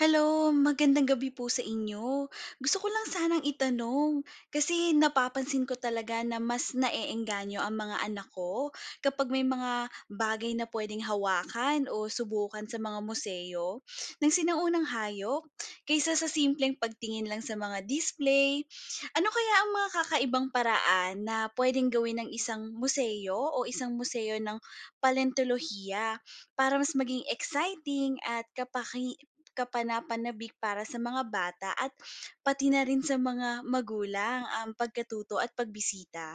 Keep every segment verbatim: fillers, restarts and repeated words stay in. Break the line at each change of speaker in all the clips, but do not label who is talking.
Hello, magandang gabi po sa inyo. Gusto ko lang sanang itanong, kasi napapansin ko talaga na mas naeengganyo ang mga anak ko kapag may mga bagay na pwedeng hawakan o subukan sa mga museo ng sinaunang hayop kaysa sa simpleng pagtingin lang sa mga display. Ano kaya ang mga kakaibang paraan na pwedeng gawin ng isang museo o isang museo ng paleontolohiya para mas maging exciting at kapaki kapanapanabik para sa mga bata at pati na rin sa mga magulang ang pagkatuto at pagbisita.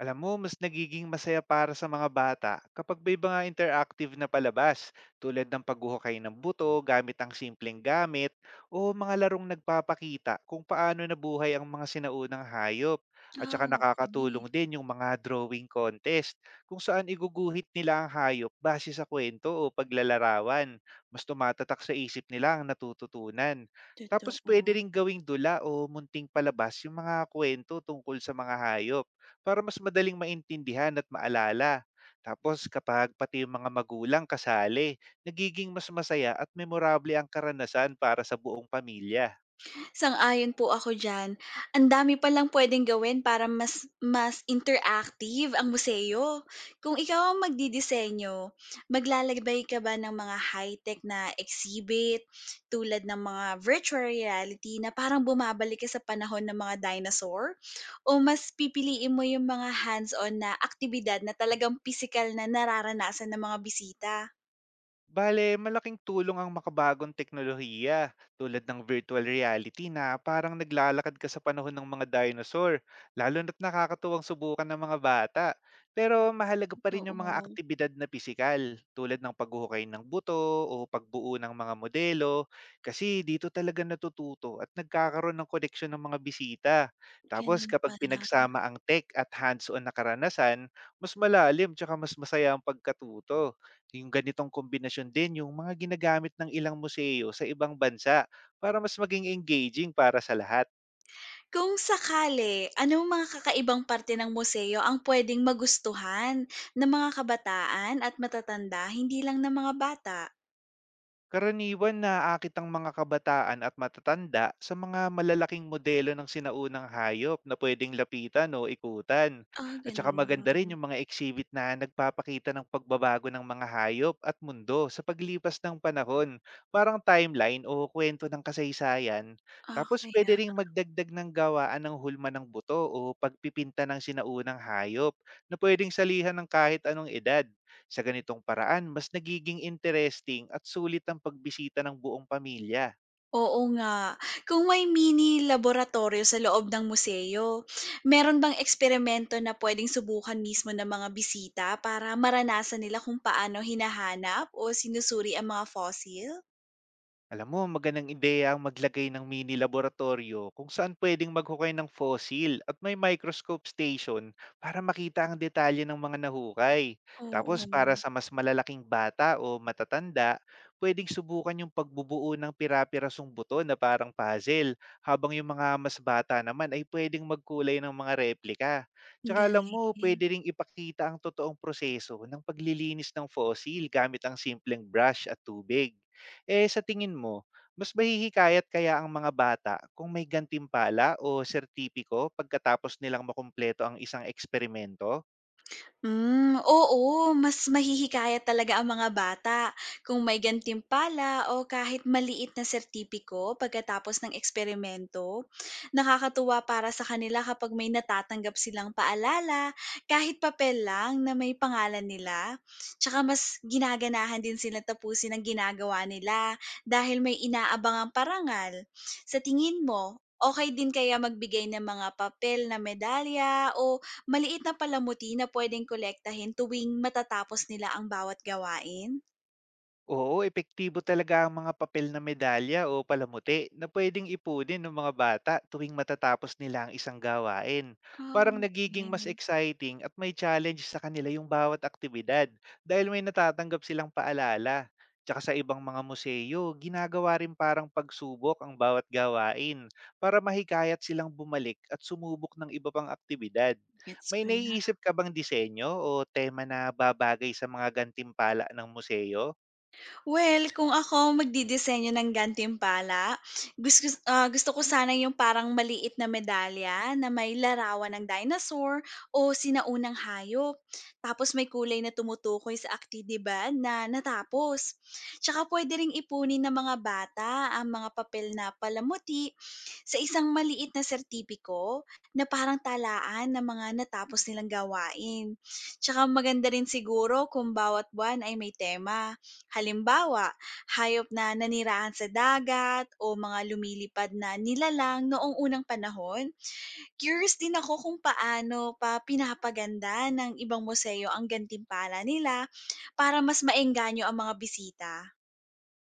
Alam mo, mas nagiging masaya para sa mga bata kapag may mga interactive na palabas tulad ng paghuhukay ng buto gamit ang simpleng gamit o mga larong nagpapakita kung paano nabuhay ang mga sinaunang hayop. At saka
Ah, okey.
nakakatulong din yung mga drawing contest kung saan iguguhit nila ang hayop base sa kwento o paglalarawan. Mas tumatatak sa isip nila ang natututunan. Tapos pwede
Totoo.
ring gawing dula o munting palabas yung mga kwento tungkol sa mga hayop para mas madaling maintindihan at maalala. Tapos kapag pati yung mga magulang kasali, nagiging mas masaya at memorable ang karanasan para sa buong pamilya.
Sang-ayon po ako diyan. Ang dami palang puwedeng gawin para mas mas interactive ang museo. Kung ikaw ang magdidisenyo, maglalagay ka ba ng mga high-tech na exhibit tulad ng mga virtual reality na parang bumabalik ka sa panahon ng mga dinosaur? O mas pipiliin mo yung mga hands-on na aktibidad na talagang physical na nararanasan ng mga bisita?
Bale, malaking tulong ang makabagong teknolohiya tulad ng virtual reality na parang naglalakad ka sa panahon ng mga dinosaur, lalo na't nakakatuwang subukan ng mga bata. Pero mahalaga pa rin yung mga
Oo,
aktibidad na pisikal tulad ng paghuhukay ng buto o pagbuo ng mga modelo kasi dito talaga natututo at nagkakaroon ng koneksyon ng mga bisita. Tapos
gano'n
kapag
pala.
pinagsama ang tech at hands-on na karanasan, mas malalim tsaka mas masaya ang pagkatuto. Yung ganitong kombinasyon din yung mga ginagamit ng ilang museo sa ibang bansa para mas maging engaging para sa lahat.
Kung sakali, anong mga kakaibang parte ng museo ang puwedeng magustuhan ng mga kabataan at matatanda, hindi lang ng mga bata?
Karaniwan naaakit ang mga kabataan at matatanda sa mga malalaking modelo ng sinaunang hayop na pwedeng lapitan o ikutan.
Ah,
At saka
gano'n.
maganda rin yung mga exhibit na nagpapakita ng pagbabago ng mga hayop at mundo sa paglipas ng panahon, parang timeline o kwento ng kasaysayan.
Ah,
Tapos pwede
kaya
rin magdagdag ng gawaan ng hulma ng buto o pagpipinta ng sinaunang hayop na pwedeng salihan ng kahit anong edad. Sa ganitong paraan, mas nagiging interesting at sulit ang pagbisita ng buong pamilya.
oo nga. Kung may mini laboratorio sa loob ng museo, meron bang eksperimento na puwedeng subukan mismo ng mga bisita para maranasan nila kung paano hinahanap o sinusuri ang mga fossil?
Alam mo, magandang ideya ang maglagay ng mini laboratorio kung saan pwedeng maghukay ng fossil at may microscope station para makita ang detalye ng mga nahukay. Tapos para
Oo,
sa mas malalaking bata o matatanda, pwedeng subukan yung pagbubuo ng pira-pirasong buto na parang puzzle, habang yung mga mas bata naman ay pwedeng magkulay ng mga replika.
ang
Tsaka alam
galing.
mo, pwede ring ipakita ang totoong proseso ng paglilinis ng fossil gamit ang simpleng brush at tubig. Eh, sa tingin mo, mas mahihikayat kaya ang mga bata kung may gantimpala o sertipiko pagkatapos nilang makumpleto ang isang eksperimento?
Hmm, oo, mas mahihikayat talaga ang mga bata kung may gantimpala o kahit maliit na sertipiko pagkatapos ng eksperimento. Nakakatuwa para sa kanila kapag may natatanggap silang paalala, kahit papel lang na may pangalan nila. Tsaka mas ginaganahan din sila tapusin ang ginagawa nila dahil may inaabang ang parangal. Sa tingin mo, okay din kaya magbigay ng mga papel na medalya o maliit na palamuti na puwedeng kolektahin tuwing matatapos nila ang bawat gawain?
Oo, epektibo talaga ang mga papel na medalya o palamuti na pwedeng ipunin ng mga bata tuwing matatapos nila ang isang gawain.
Ah,
Parang nagiging mas
okey.
exciting at may challenge sa kanila yung bawat aktibidad dahil may natatanggap silang paalala. Tsaka sa ibang mga museo, ginagawa rin parang pagsubok ang bawat gawain para mahikayat silang bumalik at sumubok ng iba pang aktibidad.
Gets
May
ko na.
naiisip ka bang disenyo o tema na babagay sa mga gantimpala ng museo?
Well, kung ako magdidisenyo ng gantimpala, gusto, ah, gusto ko sana yung parang maliit na medalya na may larawan ng dinosaur o sinaunang hayop. Tapos may kulay na tumutukoy sa aktibidad na natapos. Tsaka pwede ring ipunin ng mga bata ang mga papel na palamuti sa isang maliit na sertipiko na parang talaan ng mga natapos nilang gawain. Tsaka maganda rin siguro kung bawat buwan ay may tema. Halimbawa, hayop na nanirahan sa dagat o mga lumilipad na nilalang noong unang panahon. Curious din ako kung paano pa pinapaganda ng ibang museo ang gantimpala nila para mas maengganyo ang mga bisita.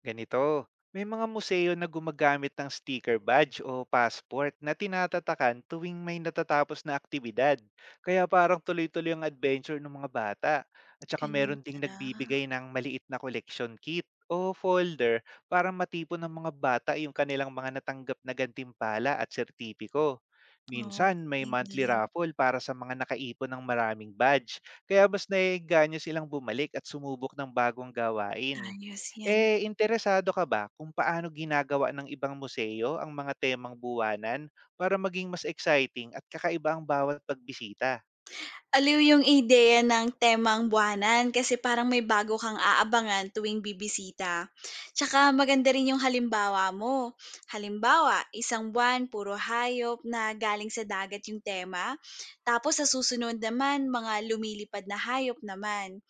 Ganito, may mga museo na gumagamit ng sticker badge o passport na tinatatakan tuwing may natatapos na aktibidad. Kaya parang tuloy-tuloy ang adventure ng mga bata. At saka
Ganun
meron ding
pala.
nagbibigay ng maliit na collection kit o folder para matipon ng mga bata yung kanilang mga natanggap na gantimpala at sertipiko. Minsan, may
Okay,
monthly
galing.
raffle para sa mga nakaipon ng maraming badge. Kaya mas naiganyo silang bumalik at sumubok ng bagong gawain.
Ayos yan.
Eh, interesado ka ba kung paano ginagawa ng ibang museo ang mga temang buwanan para maging mas exciting at kakaiba ang bawat pagbisita?
Aliw yung ideya ng temang buwanan kasi parang may bago kang aabangan tuwing bibisita. Tsaka maganda rin yung halimbawa mo. Halimbawa, isang buwan puro hayop na galing sa dagat yung tema, tapos sa susunod naman mga lumilipad na hayop naman.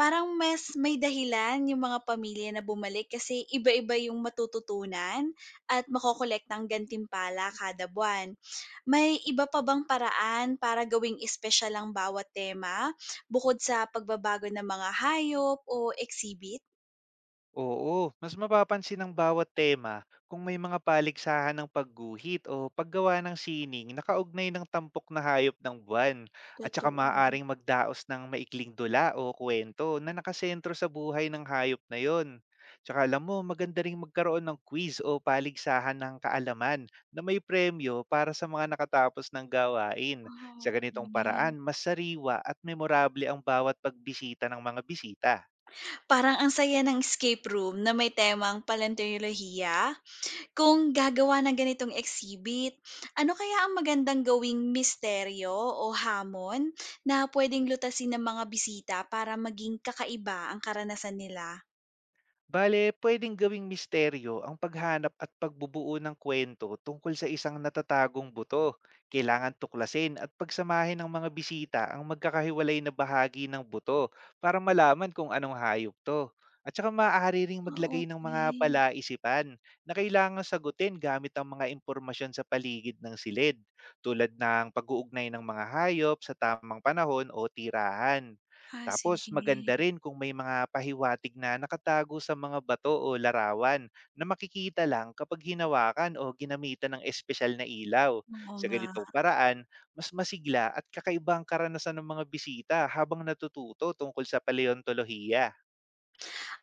Parang mas may dahilan yung mga pamilya na bumalik kasi iba-iba yung matututunan at makokolektang gantimpala kada buwan. May iba pa bang paraan para gawing espesyal ang bawat tema bukod sa pagbabago ng mga hayop o exhibit?
Oo, mas mapapansin ng bawat tema kung may mga paligsahan ng pagguhit o paggawa ng sining na kaugnay ng tampok na hayop ng buwan, at saka
Totoo.
maaaring magdaos ng maikling dula o kwento na nakasentro sa buhay ng hayop na yon. Tsaka alam mo, maganda rin magkaroon ng quiz o paligsahan ng kaalaman na may premyo para sa mga nakatapos ng gawain. Sa
Ah,
ganitong
okey.
paraan, mas sariwa at memorable ang bawat pagbisita ng mga bisita.
Parang ang saya ng escape room na may temang paleontolohiya. Kung gagawa ng ganitong exhibit, ano kaya ang magandang gawing misteryo o hamon na pwedeng lutasin ng mga bisita para maging kakaiba ang karanasan nila?
Bale, puwedeng gawing misteryo ang paghanap at pagbubuo ng kwento tungkol sa isang natatagong buto. Kailangan tuklasin at pagsamahin ng mga bisita ang magkakahiwalay na bahagi ng buto para malaman kung anong hayop to. At saka maaari ring
Ah,
maglagay ng mga
okey.
palaisipan na kailangan sagutin gamit ang mga impormasyon sa paligid ng silid, tulad ng pag-uugnay ng mga hayop sa tamang panahon o tirahan.
Ah,
Tapos
sige,
maganda rin kung may mga pahiwatig na nakatago sa mga bato o larawan na makikita lang kapag hinawakan o ginamitan ng espesyal na ilaw.
oo
Sa
nga.
ganitong paraan, mas masigla at kakaiba karanasan ng mga bisita habang natututo tungkol sa paleontolohiya.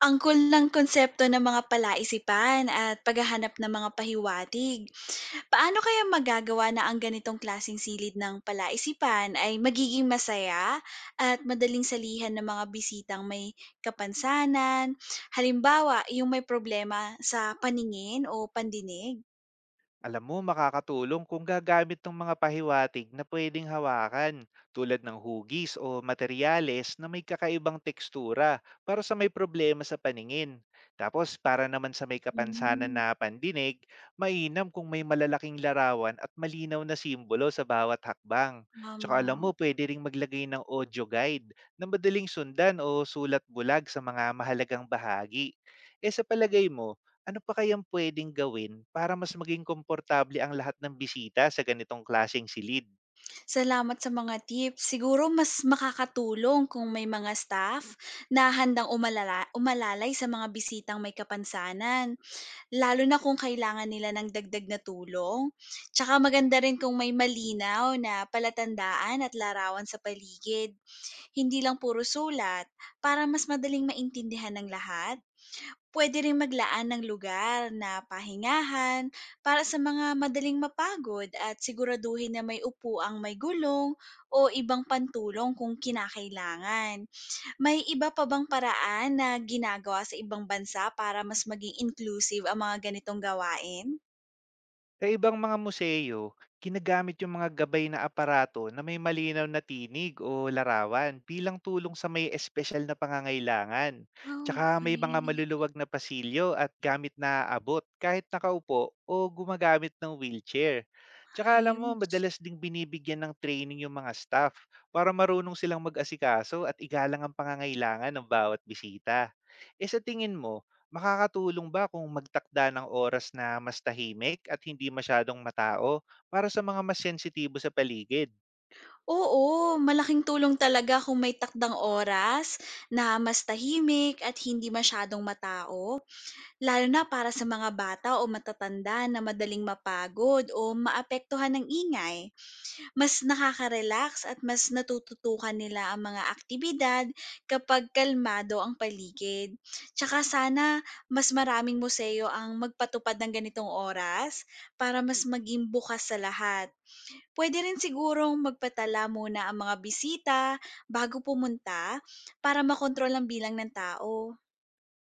Ang cool ng konsepto ng mga palaisipan at paghahanap ng mga pahiwatig. Paano kaya magagawa na ang ganitong klasing silid ng palaisipan ay magiging masaya at madaling salihan ng mga bisitang may kapansanan? Halimbawa, yung may problema sa paningin o pandinig?
Alam mo, makakatulong kung gagamit ng mga pahiwatig na pwedeng hawakan tulad ng hugis o materyales na may kakaibang tekstura para sa may problema sa paningin. Tapos para naman sa may kapansanan
Mm,
na pandinig, mainam kung may malalaking larawan at malinaw na simbolo sa bawat hakbang. Tsaka
tama.
alam mo, pwede ring maglagay ng audio guide na madaling sundan o sulat bulag sa mga mahalagang bahagi. E sa palagay mo, ano pa kayang puwedeng gawin para mas maging komportable ang lahat ng bisita sa ganitong klaseng silid?
Salamat sa mga tips. Siguro mas makakatulong kung may mga staff na handang umalala, umalalay sa mga bisitang may kapansanan. Lalo na kung kailangan nila ng dagdag na tulong. Tsaka maganda rin kung may malinaw na palatandaan at larawan sa paligid, hindi lang puro sulat, para mas madaling maintindihan ng lahat. Pwede rin maglaan ng lugar na pahingahan para sa mga madaling mapagod at siguraduhin na may upuang may gulong o ibang pantulong kung kinakailangan. May iba pa bang paraan na ginagawa sa ibang bansa para mas maging inclusive ang mga ganitong gawain?
Sa ibang mga museo, ginagamit yung mga gabay na aparato na may malinaw na tinig o larawan bilang tulong sa may espesyal na pangangailangan.
Ah,
Tsaka may mga
okey.
maluluwag na pasilyo at gamit na abot kahit nakaupo o gumagamit ng wheelchair. Tsaka alam mo,
Ayos.
madalas ding binibigyan ng training yung mga staff para marunong silang mag-asikaso at igalang ang pangangailangan ng bawat bisita. E sa tingin mo, makakatulong ba kung magtakda ng oras na mas tahimik at hindi masyadong matao para sa mga mas sensitibo sa paligid?
Oo, malaking tulong talaga kung may takdang oras na mas tahimik at hindi masyadong matao, lalo na para sa mga bata o matatanda na madaling mapagod o maapektuhan ng ingay. Mas nakaka-relax at mas natututukan nila ang mga aktibidad kapag kalmado ang paligid. Tsaka sana mas maraming museo ang magpatupad ng ganitong oras para mas maging bukas sa lahat. Pwede rin sigurong magpatala muna ang mga bisita bago pumunta para makontrol ang bilang ng tao.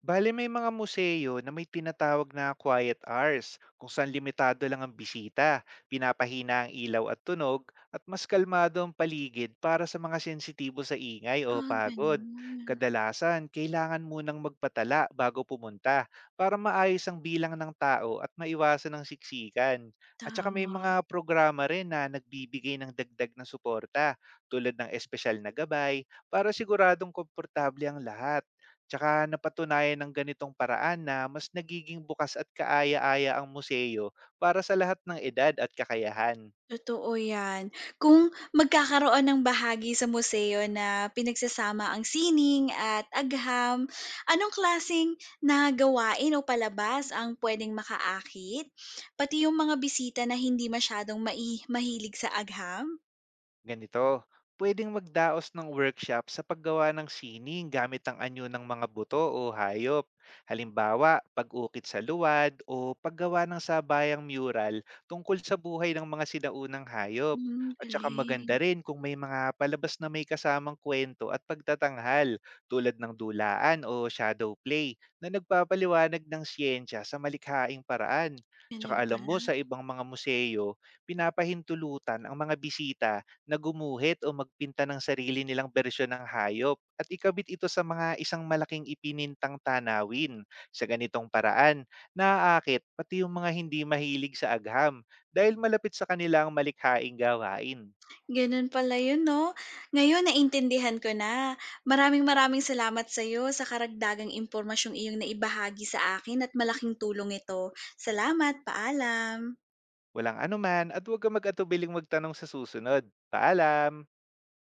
Bale, may mga museo na may tinatawag na quiet hours kung saan limitado lang ang bisita, pinapahina ang ilaw at tunog, at mas kalmado ang paligid para sa mga sensitibo sa ingay o
Ah,
pagod.
ganun.
Kadalasan, kailangan munang magpatala bago pumunta para maayos ang bilang ng tao at maiwasan ang siksikan. At saka may
Tama.
mga programa rin na nagbibigay ng dagdag na suporta tulad ng espesyal na gabay para siguradong komportable ang lahat. Tsaka napatunayan ng ganitong paraan na mas nagiging bukas at kaaya-aya ang museo para sa lahat ng edad at kakayahan.
Totoo yan. Kung magkakaroon ng bahagi sa museo na pinagsasama ang sining at agham, anong klaseng na gawain o palabas ang pwedeng makaakit? Pati yung mga bisita na hindi masyadong mai mahilig sa agham?
Ganito, pwedeng magdaos ng workshop sa paggawa ng sining gamit ang anyo ng mga buto o hayop. Halimbawa, pag-ukit sa luwad o paggawa ng sabayang mural tungkol sa buhay ng mga sinaunang hayop.
Hmm,
At saka maganda
galing.
rin kung may mga palabas na may kasamang kwento at pagtatanghal tulad ng dulaan o shadow play na nagpapaliwanag ng siyensya sa malikhaing paraan. Tsaka
Ganun
alam
pala.
mo, sa ibang mga museo, pinapahintulutan ang mga bisita na gumuhit o magpinta ng sarili nilang bersyon ng hayop at ikabit ito sa mga isang malaking ipinintang tanawin. Sa ganitong paraan, naaakit pati yung mga hindi mahilig sa agham dahil malapit sa kanila ang malikhaing gawain.
Gano'n pala 'yun 'no. Ngayon naintindihan ko na. Maraming maraming salamat sa'yo sa karagdagang impormasyong iyong naibahagi sa akin at malaking tulong ito. Salamat, paalam.
Walang anuman, at huwag ka mag-atubiling magtanong sa susunod. Paalam!